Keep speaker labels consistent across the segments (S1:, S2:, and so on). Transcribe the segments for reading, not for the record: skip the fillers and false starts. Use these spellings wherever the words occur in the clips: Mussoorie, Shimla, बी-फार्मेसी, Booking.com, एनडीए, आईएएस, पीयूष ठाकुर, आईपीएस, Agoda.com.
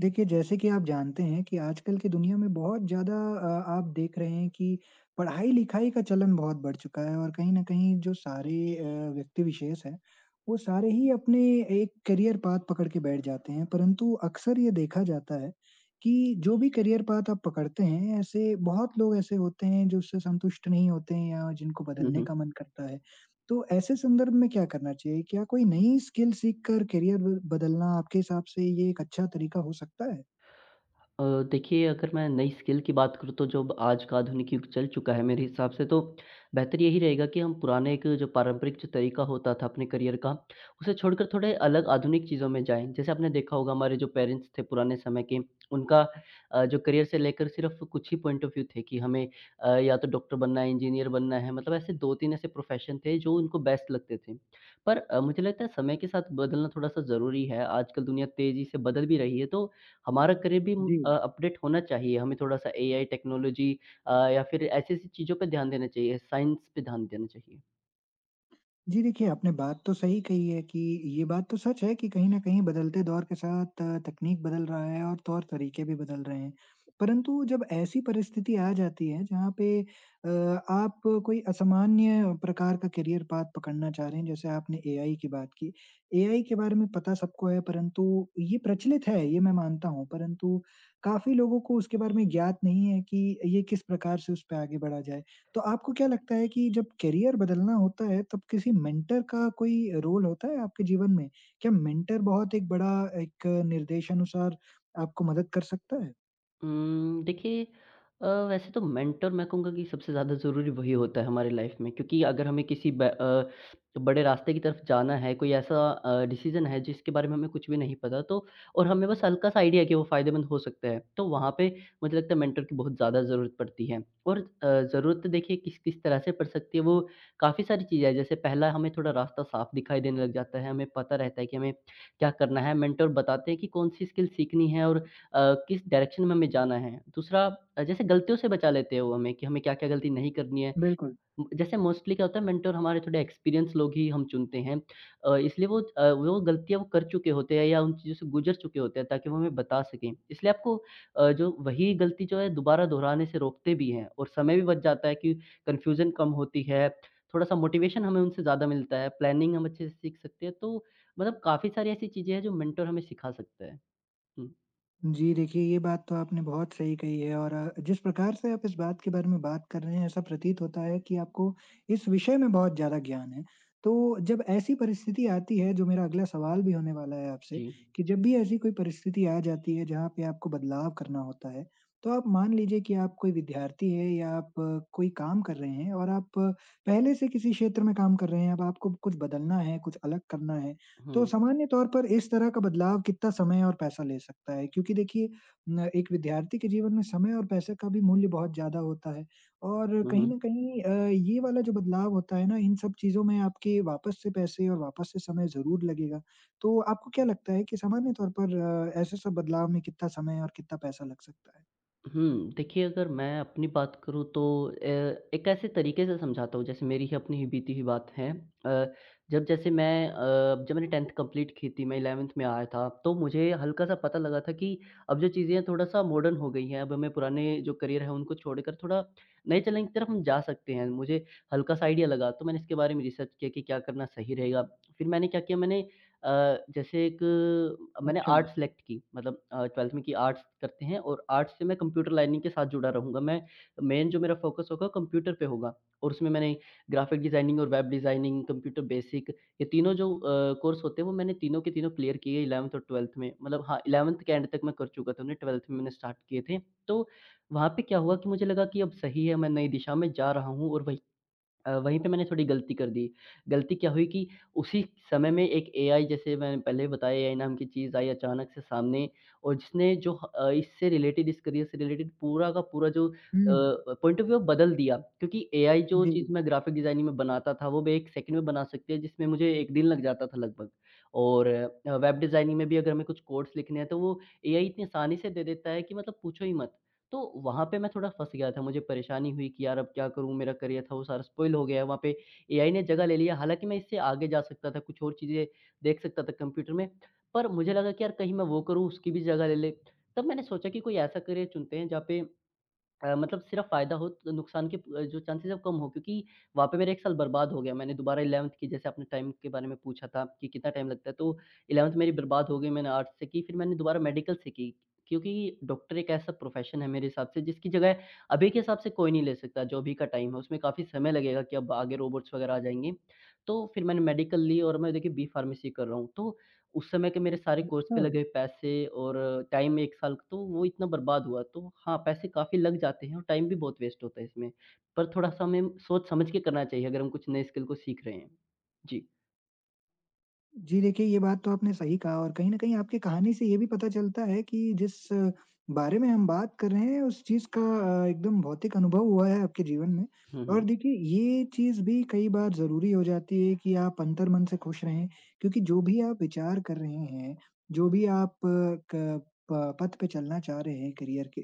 S1: देखिए, जैसे कि आप जानते हैं कि आजकल की दुनिया में बहुत ज़्यादा आप देख रहे हैं कि पढ़ाई-लिखाई का चलन बहुत बढ़ चुका है और कहीं न कहीं जो सारे व्यक्ति विशेष हैं, वो सारे ही अपने एक करियर पाथ पकड़ के बैठ जाते हैं। परंतु अक्सर ये देखा जाता है कि जो भी करियर पाथ आप पकड़ते हैं, ऐसे बहुत लोग ऐसे होते हैं जो उससे संतुष्ट नहीं होते हैं या जिनको
S2: हुँ,
S1: बदलने
S2: हुँ।
S1: का मन करता है। तो ऐसे संदर्भ में क्या करना चाहिए? क्या कोई नई स्किल सीख कर करियर ब बदलना आपके हिसाब से ये एक अच्छा तरीका हो सकता है?
S2: अ, देखिए अगर मैं नई स्किल की बात करूँ तो जो अब आज का आधुनिक युग चल चुका है मेरे हिसाब से तो बेहतर यही रहेगा कि हम पुराने एक जो पारंपरिक जो तरीका होता था अपने करियर का, उसे छोड़कर थोड़े अलग आधुनिक चीज़ों में जाएँ। जैसे आपने देखा होगा हमारे जो पेरेंट्स थे पुराने समय के, उनका जो करियर से लेकर सिर्फ़ कुछ ही पॉइंट ऑफ़ व्यू थे कि हमें या तो डॉक्टर बनना है, इंजीनियर बनना है, मतलब ऐसे 2-3 ऐसे प्रोफ़ेशन थे जो उनको बेस्ट लगते थे। पर मुझे लगता है समय के साथ बदलना थोड़ा-सा ज़रूरी है, आजकल दुनिया तेज़ी से बदल भी रही है तो हमारा करियर भी
S1: जी।
S2: अपडेट होना चाहिए। हमें थोड़ा-सा एआई टेक्नोलॉजी या फिर ऐसी-ऐसी चीज़ों पे ध्यान देना चाहिए, साइंस पे ध्यान देना चाहिए।
S1: जी, देखिए, आपने बात तो सही कही है कि ये बात तो सच है कि कहीं न कहीं बदलते दौर के साथ तकनीक बदल रहा है और तौर-तरीके भी बदल रहे हैं। परंतु जब ऐसी परिस्थिति आ जाती है जहाँ पे अ, आप कोई असामान्य प्रकार का करियर पाथ पकड़ना चाह रहे हैं, जैसे आपने एआई की बात की। एआई के बारे में पता सबको है, परंतु ये प्रचलित है, ये मैं मानता हूँ, परंतु काफ़ी लोगों को उसके बारे में ज्ञात नहीं है कि ये किस प्रकार से उस पे आगे बढ़ा जाए। तो आपको क्या लगता है कि जब करियर बदलना होता है तब किसी मेंटर का कोई रोल होता है आपके जीवन में? क्या मेंटर बहुत एक बड़ा एक निर्देशानुसार आपको मदद कर सकता है?
S2: देखिए वैसे तो मेंटर मैं कहूँगा कि सबसे ज़्यादा ज़रूरी वही होता है हमारे लाइफ में क्योंकि अगर हमें किसी बड़े रास्ते की तरफ जाना है, कोई ऐसा डिसीज़न है जिसके बारे में हमें कुछ भी नहीं पता तो और हमें बस हल्का-सा आइडिया है कि वो फ़ायदेमंद हो सकता है, तो वहाँ पे मुझे लगता है मेंटर की बहुत ज़्यादा ज़रूरत पड़ती है। और ज़रूरत देखिए किस-किस तरह से पड़ सकती है वो काफ़ी सारी चीज़ें हैं, जैसे पहला हमें थोड़ा रास्ता साफ दिखाई देने लग जाता है, हमें पता रहता है कि हमें क्या करना है, मेंटर बताते हैं कि कौन-सी स्किल सीखनी है और किस डायरेक्शन में हमें जाना है। दूसरा जैसे गलतियों से बचा लेते हैं वो हमें कि हमें क्या-क्या गलती नहीं करनी है।
S1: बिल्कुल।
S2: जैसे मोस्टली क्या होता है मेंटर हमारे थोड़े एक्सपीरियंस लोग ही हम चुनते हैं। इसलिए वो गलतियाँ वो कर चुके होते हैं या उन चीज़ों से गुज़र चुके होते हैं ताकि वो हमें बता सकें। इसलिए आपको जो वही गलती जो है दोबारा दोहराने से रोकते भी हैं और समय भी बच जाता है कि कन्फ्यूज़न कम होती है, थोड़ा-सा मोटिवेशन हमें उनसे ज़्यादा मिलता है, प्लानिंग हम अच्छे से सीख सकते हैं। तो मतलब काफ़ी सारी ऐसी चीज़ें हैं जो मेंटर हमें सिखा सकता है। हुँ,
S1: जी, देखिए, ये बात तो आपने बहुत सही कही है। और जिस प्रकार से आप इस बात के बारे में बात कर रहे हैं, ऐसा प्रतीत होता है कि आपको इस विषय में बहुत ज़्यादा ज्ञान है। तो जब ऐसी परिस्थिति आती है, जो मेरा अगला सवाल भी होने वाला है आपसे,
S2: जी।
S1: कि जब भी ऐसी कोई परिस्थिति आ जाती है जहाँ पे आपको बदलाव करना होता है, तो आप मान लीजिए कि आप कोई विद्यार्थी है, या आप कोई काम कर रहे हैं और आप पहले से किसी क्षेत्र में काम कर रहे हैं, अब आपको कुछ बदलना है, कुछ अलग करना है,
S2: हुँ।
S1: तो सामान्य तौर पर इस तरह का बदलाव कितना समय और पैसा ले सकता है? क्योंकि देखिए न, एक विद्यार्थी के जीवन में समय और पैसे का भी मूल्य बहुत ज़्यादा होता है, और
S2: हुँ,
S1: कहीं
S2: हुँ।
S1: न कहीं ये वाला जो बदलाव होता है ना, इन सब चीज़ों में आपके वापस से पैसे और वापस से समय ज़रूर लगेगा। तो आपको क्या लगता है कि सामान्य तौर पर ऐसे सब बदलाव में कितना समय और कितना पैसा लग सकता है?
S2: हुँ, देखिए अगर मैं अपनी बात करूँ तो अ, एक ऐसे तरीके से समझाता हूँ जैसे मेरी ही अपनी ही बीती हुई बात है। अ, जब मैंने 10th कंप्लीट की थी मैं 11th में आया था तो मुझे हल्का-सा पता लगा था कि अब जो चीज़ें हैं थोड़ा-सा मॉडर्न हो गई हैं। अब हमें पुराने जो करियर है उनको छोड़कर थोड़ा नए चैलेंज की तरफ हम जा सकते हैं। मुझे हल्का-सा आइडिया लगा तो मैंने इसके बारे में रिसर्च किया कि क्या करना सही रहेगा। फिर मैंने क्या किया मैंने अ, जैसे एक अ, मैंने
S1: अच्छा।
S2: आर्ट्स सेलेक्ट की मतलब 12th में की आर्ट्स करते हैं और आर्ट्स से मैं कंप्यूटर लाइनिंग के साथ जुड़ा रहूँगा। मैं मेन जो मेरा फ़ोकस होगा कंप्यूटर पे होगा और उसमें मैंने ग्राफ़िक डिज़ाइनिंग और वेब डिज़ाइनिंग, कंप्यूटर बेसिक ये तीनों जो कोर्स होते हैं वो मैंने तीनों के तीनों क्लियर किए 11th और 12th में। मतलब हाँ, 11th के एंड तक मैं कर चुका था उन्हें 12th में मैंने स्टार्ट किए थे। तो वहाँ पे क्या हुआ कि मुझे लगा कि अब सही है मैं नई दिशा में जा रहा हूँ और वहीं पे मैंने थोड़ी गलती कर दी। गलती क्या हुई कि उसी समय में एक एआई जैसे मैंने पहले बताया एआई नाम की चीज़ आई अचानक से सामने और जिसने जो इससे रिलेटेड इस करियर से रिलेटेड पूरा का पूरा जो
S1: हुँ।
S2: पॉइंट ऑफ व्यू बदल दिया। क्योंकि एआई जो
S1: जी।
S2: चीज़ मैं ग्राफिक डिज़ाइनिंग में बनाता था वो मैं 1 सेकंड में बना सकती है जिसमें मुझे 1 दिन लग जाता था लगभग। और वेब डिज़ाइनिंग में भी अगर हमें कुछ कोड्स लिखने हैं तो वो एआई इतनी आसानी से दे देता है कि मतलब पूछो ही मत। तो वहाँ पे मैं थोड़ा फँस गया था, मुझे परेशानी हुई कि यार अब क्या करूँ? मेरा करियर था वो सारा स्पॉइल हो गया है, वहाँ पे एआई ने जगह ले लिया। हालाँकि मैं इससे आगे जा सकता था, कुछ और चीज़ें देख सकता था कंप्यूटर में, पर मुझे लगा कि यार कहीं मैं वो करूँ उसकी भी जगह ले ले। तब मैंने सोचा कि कोई ऐसा करियर चुनते हैं जहाँ पे मतलब सिर्फ़ फ़ायदा हो तो नुकसान के जो चांसेज़ है वो कम हो क्योंकि वहाँ पे मेरा 1 साल बर्बाद हो गया। मैंने दोबारा 11th की जैसे आपने टाइम के बारे में पूछा था कि कितना टाइम लगता है, तो 11th मेरी बर्बाद हो गई। मैंने आर्ट्स से की, फिर मैंने दोबारा मेडिकल से की क्योंकि डॉक्टर एक ऐसा प्रोफ़ेशन है मेरे हिसाब से जिसकी जगह अभी के हिसाब से कोई नहीं ले सकता, जो अभी का टाइम है। उसमें काफ़ी समय लगेगा कि अब आगे रोबोट्स वग़ैरह आ जाएँगे। तो फिर मैंने मेडिकल ली और मैं देखिए बी-फ़ार्मेसी कर रहा हूँ। तो उस समय के मेरे सारे कोर्स
S1: अच्छा।
S2: पे लगे पैसे और टाइम 1 साल का, तो वो इतना बर्बाद हुआ। तो हाँ, पैसे काफ़ी लग जाते हैं और टाइम भी बहुत वेस्ट होता है इसमें। पर थोड़ा-सा हमें सोच समझ के करना चाहिए अगर हम कुछ नए स्किल को सीख रहे हैं। जी।
S1: जी, देखिए, ये बात तो आपने सही कहा, और कहीं न कहीं आपकी कहानी से ये भी पता चलता है कि जिस बारे में हम बात कर रहे हैं उस चीज़ का एकदम भौतिक अनुभव हुआ है आपके जीवन में।
S2: हुँ, हुँ।
S1: और देखिए, ये चीज़ भी कई बार ज़रूरी हो जाती है कि आप अंतर्मन से खुश रहें, क्योंकि जो भी आप विचार कर रहे हैं, जो भी आप क प पथ पे चलना चाह रहे हैं करियर के,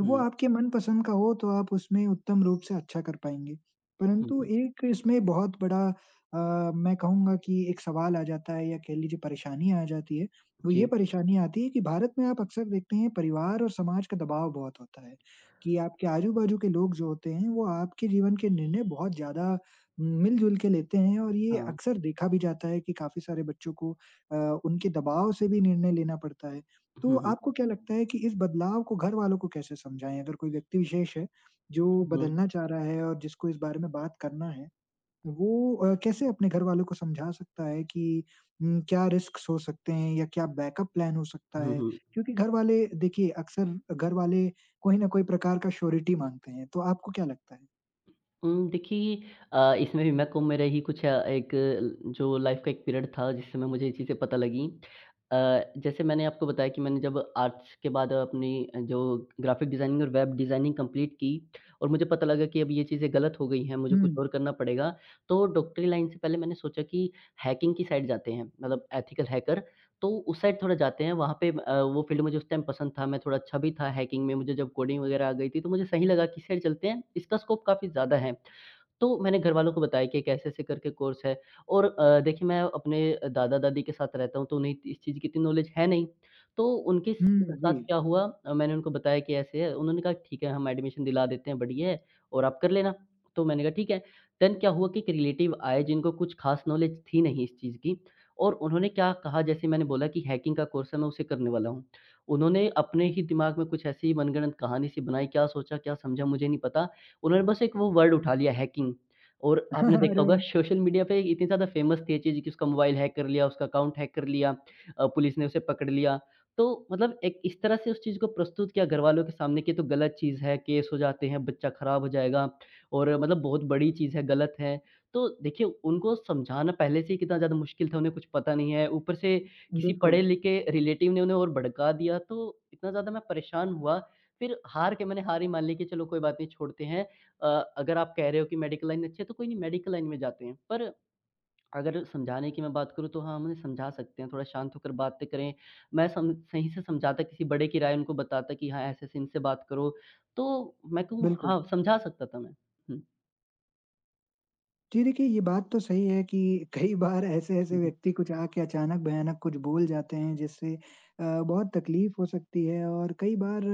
S1: वो
S2: हुँ,
S1: आपके मनपसंद का हो, तो आप उसमें उत्तम रूप से अच्छा कर पाएँगे।
S2: हुँ,
S1: परंतु
S2: हुँ।
S1: एक इसमें बहुत बड़ा अ, मैं कहूँगा कि एक सवाल आ जाता है, या कह लीजिए परेशानी आ जाती है, वो ये
S2: जी,
S1: परेशानी आती है कि भारत में आप अक्सर देखते हैं, परिवार और समाज का दबाव बहुत होता है, कि आपके आजू-बाजू के लोग जो होते हैं वो आपके जीवन के निर्णय बहुत ज़्यादा मिल-जुल के लेते हैं, और ये
S2: हाँ।
S1: अक्सर देखा भी जाता है कि काफ़ी सारे बच्चों को अ, उनके दबाव से भी निर्णय लेना पड़ता है। तो
S2: हुँ, हुँ।
S1: आपको क्या लगता है कि इस बदलाव को घरवालों को कैसे समझाएँ? अगर कोई व्यक्ति विशेष है, जो
S2: हुँ,
S1: बदलना चाह रहा है और जिसको इस बारे में बात करना है, वो कैसे अपने घर वालों को समझा सकता है कि क्या रिस्क्स हो सकते हैं या क्या बैकअप प्लान हो सकता
S2: हुँ,
S1: है?
S2: हुँ।
S1: क्योंकि घर वाले, देखिए, अक्सर घर वाले कोई ना कोई प्रकार का श्योरिटी माँगते हैं, तो आपको क्या लगता है?
S2: देखिए इसमें भी मैं को मेरा ही कुछ एक जो लाइफ़ का एक पीरियड था जिस समय मुझे ये चीज़ें पता लगीं। जैसे मैंने आपको बताया कि मैंने जब आर्ट्स के बाद अपनी जो ग्राफ़िक डिज़ाइनिंग और वेब डिज़ाइनिंग कंप्लीट की और मुझे पता लगा कि अब ये चीज़ें गलत हो गई हैं, मुझे कुछ
S1: हुँ।
S2: और करना पड़ेगा। तो डॉक्टरी लाइन से पहले मैंने सोचा कि हैकिंग की साइड जाते हैं, मतलब एथिकल हैकर तो उस साइड थोड़ा जाते हैं। वहाँ पे वो फ़ील्ड मुझे उस टाइम पसंद था, मैं थोड़ा अच्छा भी था हैकिंग में, मुझे जब कोडिंग वगैरह आ गई थी तो मुझे सही लगा कि इस साइड चलते हैं, इसका स्कोप काफ़ी ज़्यादा है। तो मैंने घरवालों को बताया कि एक ऐसे-ऐसे करके कोर्स है और देखिए मैं अपने दादा-दादी के साथ रहता हूँ, तो उन्हें इस चीज़ की इतनी नॉलेज है नहीं। तो उनके स
S1: हुँ, जी।
S2: साथ क्या हुआ मैंने उनको बताया कि ऐसे है, उन्होंने कहा ठीक है हम एडमिशन दिला देते हैं, बढ़िया है और आप कर लेना। तो मैंने कहा ठीक है। देन क्या हुआ कि एक रिलेटिव आए जिनको कुछ खास नॉलेज थी नहीं इस चीज़ की और उन्होंने क्या कहा जैसे मैंने बोला कि हैकिंग का कोर्स है मैं उसे करने वाला हूँ। उन्होंने अपने ही दिमाग में कुछ ऐसी ही मनगढ़ंत कहानी-सी बनाई, क्या सोचा, क्या समझा मुझे नहीं पता। उन्होंने बस एक वो वर्ड उठा लिया हैकिंग और आपने देखा
S1: अरे
S2: होगा
S1: वाह!
S2: सोशल मीडिया पे इतनी ज़्यादा फेमस थी ये चीज़ कि उसका मोबाइल हैक कर लिया, उसका अकाउंट हैक कर लिया पुलिस ने उसे पकड़ लिया। तो मतलब एक इस तरह से उस चीज़ को प्रस्तुत किया घरवालों के सामने कि ये तो गलत चीज़ है, केस हो जाते हैं, बच्चा खराब हो जाएगा और मतलब बहुत बड़ी चीज़ है, गलत है। तो देखिए उनको समझाना पहले से ही कितना ज़्यादा मुश्किल था, उन्हें कुछ पता नहीं है, ऊपर से किसी
S1: बिल्कुल,
S2: पढ़े-लिखे रिलेटिव ने उन्हें और भड़का दिया, तो इतना ज़्यादा मैं परेशान हुआ। फिर हार के मैंने हार ही मान ली कि चलो कोई बात नहीं छोड़ते हैं अ, अगर आप कह रहे हो कि मेडिकल लाइन अच्छी है तो कोई नहीं मेडिकल लाइन में जाते हैं। पर अगर समझाने की मैं बात करूँ तो हाँ, हम उन्हें समझा सकते हैं, थोड़ा शांत होकर बातें करें। मैं सम सही से समझाता, किसी बड़े की राय उनको बताता कि हाँ, ऐसे-ऐसे इनसे बात करो। तो मैं कहूँ
S1: बिल्कुल।
S2: हाँ, समझा सकता था मैं। हुँ,
S1: जी, देखिए, ये बात तो सही है कि कई बार ऐसे-ऐसे
S2: हुँ, हुँ, हुँ।
S1: व्यक्ति कुछ आके अचानक भयानक कुछ बोल जाते हैं, जिससे बहुत तकलीफ हो सकती है। और कई बार,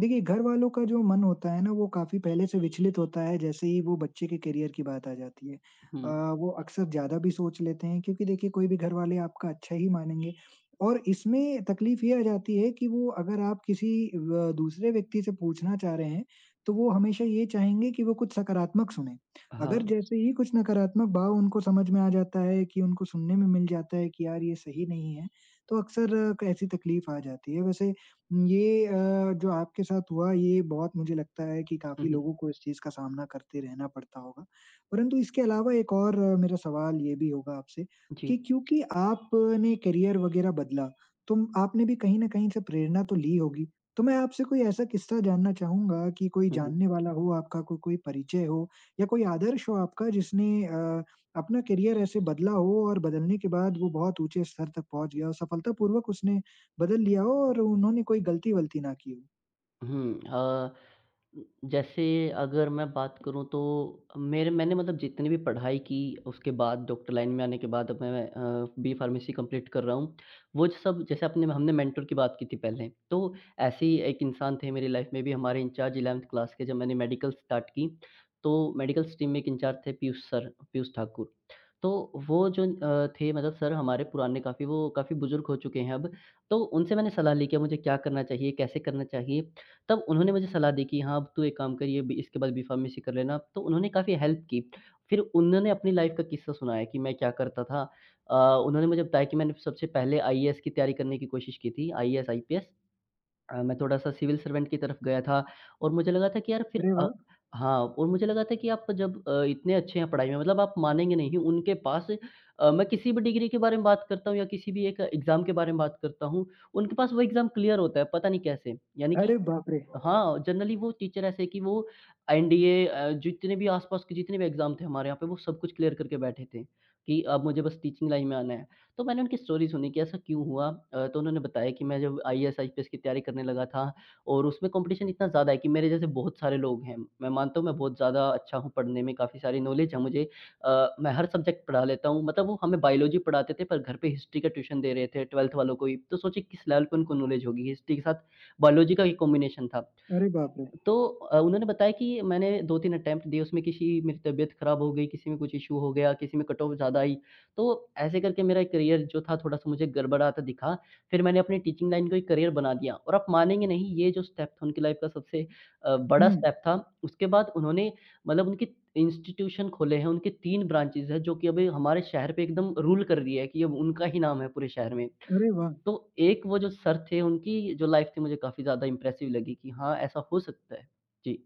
S1: देखिए, घरवालों का जो मन होता है ना, वो काफ़ी पहले से विचलित होता है जैसे ही वो बच्चे के करियर की बात आ जाती है। वो अक्सर ज़्यादा भी सोच लेते हैं, क्योंकि देखिए, कोई भी घरवाले आपका अच्छा ही मानेंगे। और इसमें तकलीफ ये आ जाती है कि वो, अगर आप किसी व दूसरे व्यक्ति से पूछना चाह रहे हैं, तो वो हमेशा ये चाहेंगे कि वो कुछ सकारात्मक सुने। अगर
S2: हाँ,
S1: जैसे ही कुछ नकारात्मक भाव उनको समझ में आ जाता है, कि उनको सुनने में मिल जाता है कि यार ये सही नहीं है, तो अक्सर क ऐसी तकलीफ आ जाती है। वैसे ये जो आपके साथ हुआ, ये बहुत, मुझे लगता है कि
S2: हुँ,
S1: काफ़ी
S2: हुँ।
S1: लोगों को इस चीज़ का सामना करते रहना पड़ता होगा। परंतु इसके अलावा एक और मेरा सवाल ये भी होगा आपसे
S2: जी।
S1: कि क्योंकि आपने करियर वग़ैरह बदला, तुम आपने भी कहीं न कहीं से प्रेरणा तो ली होगी। तो मैं आपसे कोई ऐसा किस्सा जानना चाहूँगा कि कोई
S2: हुँ, हुँ।
S1: जानने वाला हो आपका, को कोई परिचय हो, या कोई आदर्श हो आपका, जिसने अपना करियर ऐसे बदला हो, और बदलने के बाद वो बहुत ऊँचे स्तर तक पहुँच गया हो, सफलतापूर्वक उसने बदल लिया हो, और उन्होंने कोई गलती-वलती ना की हो?
S2: हुँ, जैसे अगर मैं बात करूँ तो मेरे मैंने मतलब जितनी भी पढ़ाई की उसके बाद डॉक्टर लाइन में आने के बाद अब मैं बी फार्मेसी कंप्लीट कर रहा हूँ। वो जो सब जैसे अपने हमने मेंटर की बात की थी पहले, तो ऐसे ही एक इंसान थे मेरी लाइफ में भी हमारे इंचार्ज 11th क्लास के जब मैंने मेडिकल स्टार्ट की, तो मेडिकल स्ट्रीम में एक इंचार्ज थे पीयूष सर, पीयूष ठाकुर। तो वो जो थे मतलब सर हमारे पुराने काफ़ी वो काफ़ी बुज़ुर्ग हो चुके हैं अब, तो उनसे मैंने सलाह ली कि मुझे क्या करना चाहिए, कैसे करना चाहिए? तब उन्होंने मुझे सलाह दी कि हाँ, अब तू एक काम कर ये बी इसके बाद बी फार्मेसी कर लेना। तो उन्होंने काफ़ी हेल्प की। फिर उन्होंने अपनी लाइफ़ का किस्सा सुनाया कि मैं क्या करता था। अ, उन्होंने मुझे बताया कि मैंने सबसे पहले आईएएस की तैयारी करने की कोशिश की थी, आईएएस, आईपीएस। मैं थोड़ा-सा सिविल सर्वेंट की तरफ गया था और मुझे लगा था कि यार फिर
S1: अरे वाह!
S2: हाँ, और मुझे लगा था कि आप जब इतने अच्छे हैं पढ़ाई में, मतलब आप मानेंगे नहीं, उनके पास मैं किसी भी डिग्री के बारे में बात करता हूँ या किसी भी एक एग्ज़ाम के बारे में बात करता हूँ, उनके पास वो एग्ज़ाम क्लियर होता है, पता नहीं कैसे। यानी कि
S1: अरे बाप रे!
S2: हाँ, जनरली वो टीचर ऐसे कि वो एनडीए, जितने भी आस-पास के जितने भी एग्ज़ाम थे हमारे यहाँ पे, वो सब कुछ क्लियर करके बैठे थे कि अब मुझे बस टीचिंग लाइन में आना है। तो मैंने उनकी स्टोरी सुनी कि ऐसा क्यों हुआ। तो उन्होंने बताया कि मैं जब आईएएस, आईपीएस की तैयारी करने लगा था और उसमें कॉम्पिटिशन इतना ज़्यादा है कि मेरे जैसे बहुत सारे लोग हैं। मैं मानता हूँ मैं बहुत ज़्यादा अच्छा हूँ पढ़ने में, काफ़ी सारी नॉलेज है मुझे। मैं हर सब्जेक्ट पढ़ा लेता हूँ, मतलब वो हमें बायोलॉजी पढ़ाते थे पर घर पे हिस्ट्री का ट्यूशन दे रहे थे 12th वालों को ही। तो सोचिए किस लेवल पे उनको नॉलेज होगी, हिस्ट्री के साथ बायोलॉजी का ही कॉम्बिनेशन था।
S1: अरे बाप रे!
S2: तो उन्होंने बताया कि मैंने 2-3 अटेम्प्ट दिए, उसमें किसी मेरी तबीयत खराब हो गई, किसी में कुछ इश्यू हो गया, किसी में कट ऑफ ज़्यादा आई, तो ऐसे करके मेरा करियर जो था थोड़ा-सा मुझे गड़बड़ाता दिखा। फिर मैंने अपनी टीचिंग लाइन को एक करियर बना दिया और आप मानेंगे नहीं, ये जो स्टेप था उनकी लाइफ का सबसे बड़ा
S1: हुँ,
S2: स्टेप था। उसके बाद उन्होंने, मतलब उनके इंस्टीट्यूशन खोले हैं, उनके 3 ब्रांचेज़ हैं जो कि अभी हमारे शहर पे एकदम रूल कर रही है कि अब उनका ही नाम है पूरे शहर में।
S1: अरे वाह!
S2: तो एक वो जो सर थे, उनकी जो लाइफ़ थी मुझे काफ़ी ज़्यादा इम्प्रेसिव लगी कि हाँ, ऐसा हो सकता है। जी।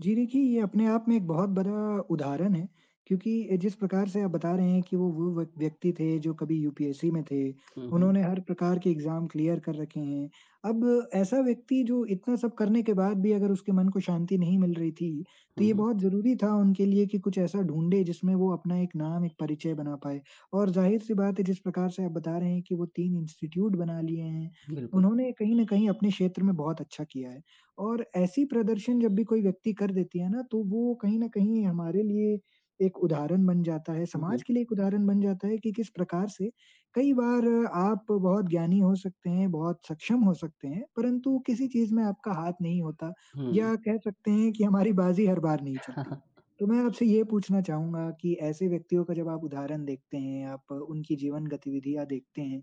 S1: जी, देखिए, ये अपने आप में एक बहुत बड़ा उदाहरण है, क्योंकि जिस प्रकार से आप बता रहे हैं कि वो व्यक्ति थे जो कभी यूपीएससी में थे,
S2: हुँ, हुँ।
S1: उन्होंने हर प्रकार के एग्ज़ाम क्लियर कर रखे हैं। अब ऐसा व्यक्ति जो इतना सब करने के बाद भी, अगर उसके मन को शांति नहीं मिल रही थी, तो
S2: हुँ,
S1: ये
S2: हुँ।
S1: बहुत ज़रूरी था उनके लिए कि कुछ ऐसा ढूँढे जिसमें वो अपना एक नाम, एक परिचय बना पाएँ। और ज़ाहिर-सी बात है, जिस प्रकार से आप बता रहे हैं कि वो 3 इंस्टीट्यूट बना लिए हैं,
S2: बिल्कुल।
S1: उन्होंने कहीं न कहीं अपने क्षेत्र में बहुत अच्छा किया है। और ऐसी प्रदर्शन जब भी कोई व्यक्ति कर देती है ना, तो वो कहीं न कहीं हमारे लिए एक उदाहरण बन जाता है,
S2: हुँ,
S1: समाज
S2: हुँ।
S1: के लिए एक उदाहरण बन जाता है कि किस प्रकार से कई बार आप बहुत ज्ञानी हो सकते हैं, बहुत सक्षम हो सकते हैं, परंतु किसी चीज़ में आपका हाथ नहीं होता,
S2: हुँ।
S1: या कह सकते हैं कि हमारी बाजी हर बार नहीं चलती। तो मैं आपसे ये पूछना चाहूँगा कि ऐसे व्यक्तियों का जब आप उदाहरण देखते हैं, आप उनकी जीवन गतिविधियाँ देखते हैं,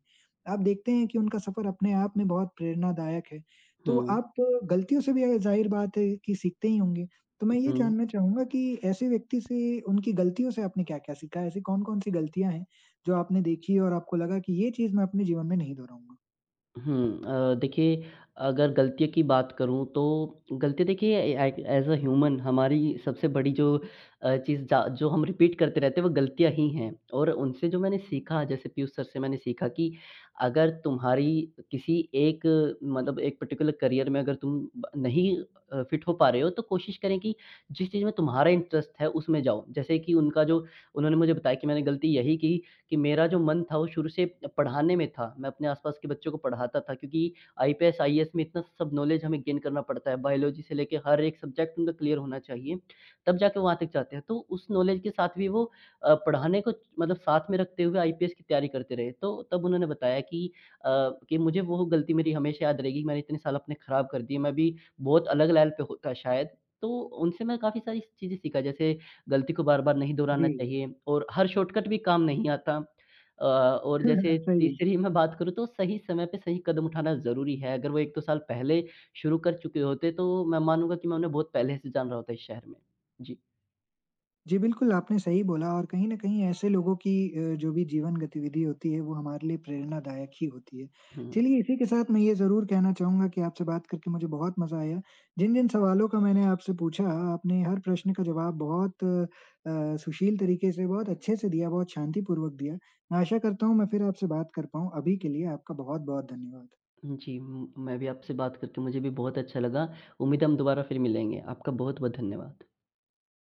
S1: आप देखते हैं कि उनका सफ़र अपने आप में बहुत प्रेरणादायक है?
S2: हुँ,
S1: तो आप गलतियों से भी, ज़ाहिर बात है कि, सीखते ही होंगे। तो मैं ये
S2: हुँ।
S1: जानना चाहूँगा कि ऐसे व्यक्ति से, उनकी गलतियों से, आपने क्या-क्या सीखा? ऐसी कौन-कौन सी गलतियाँ हैं जो आपने देखी और आपको लगा कि ये चीज़ मैं अपने जीवन में नहीं दोहराऊँगा?
S2: हुँ। देखिए, अगर गलतियों की बात करूँ तो गलती, देखिए, ए ए एज़ अ ह्यूमन हमारी सबसे बड़ी जो चीज़ जा जो हम रिपीट करते रहते हैं वो गलतियाँ ही हैं। और उनसे जो मैंने सीखा, जैसे पीयूष सर से मैंने सीखा कि अगर तुम्हारी किसी एक, मतलब एक पर्टिकुलर करियर में अगर तुम ब नहीं फिट हो पा रहे हो तो कोशिश करें कि जिस चीज़ में तुम्हारा इंटरेस्ट है उसमें जाओ। जैसे कि उनका जो, उन्होंने मुझे बताया कि मैंने गलती यही की कि मेरा जो मन था वो शुरू से पढ़ाने में था। मैं अपने आस-पास के बच्चों को पढ़ाता था क्योंकि आईपीएस, आईएएस में इतना सब नॉलेज हमें गेन करना पड़ता है। बायोलॉजी से लेके हर एक सब्जेक्ट उनका क्लियर होना चाहिए, तब जाके वहाँ तक जाते हैं। तो उस नॉलेज के साथ भी वो पढ़ाने को, मतलब साथ में रखते हुए आईपीएस की तैयारी करते रहे। तो तब उन्होंने बताया कि अ, कि मुझे वो गलती मेरी हमेशा याद रहेगी, मैंने इतने साल अपने खराब कर दिए, मैं अभी बहुत अलग लेवल पे होता शायद। तो उनसे मैं काफ़ी सारी चीज़ें सीखा, जैसे गलती को बार-बार नहीं दोहराना
S1: जी,
S2: चाहिए और हर शॉर्टकट भी काम नहीं आता। और जैसे
S1: सही है।
S2: तीसरी मैं बात करूँ तो सही समय पे सही कदम उठाना ज़रूरी है। अगर वो 1-2 साल पहले शुरू कर चुके होते तो मैं मानूँगा कि मैं उन्हें बहुत पहले से जान रहा होता इस शहर में। जी।
S1: जी, बिल्कुल, आपने सही बोला, और कहीं न कहीं ऐसे लोगों की जो भी जीवन गतिविधि होती है, वो हमारे लिए प्रेरणादायक ही होती है।
S2: हुँ।
S1: चलिए, इसी के साथ मैं ये ज़रूर कहना चाहूँगा कि आपसे बात करके मुझे बहुत मज़ा आया। जिन-जिन सवालों का मैंने आपसे पूछा, आपने हर प्रश्न का जवाब बहुत सुशील तरीके से, बहुत अच्छे से दिया, बहुत शांतिपूर्वक दिया। मैं आशा करता हूँ, मैं फिर आपसे बात कर पाऊँ। अभी के लिए आपका बहुत-बहुत धन्यवाद।
S2: जी, म मैं भी, आपसे बात करके मुझे भी बहुत अच्छा लगा। उम्मीद है हम दोबारा फिर मिलेंगे। आपका बहुत-बहुत धन्यवाद।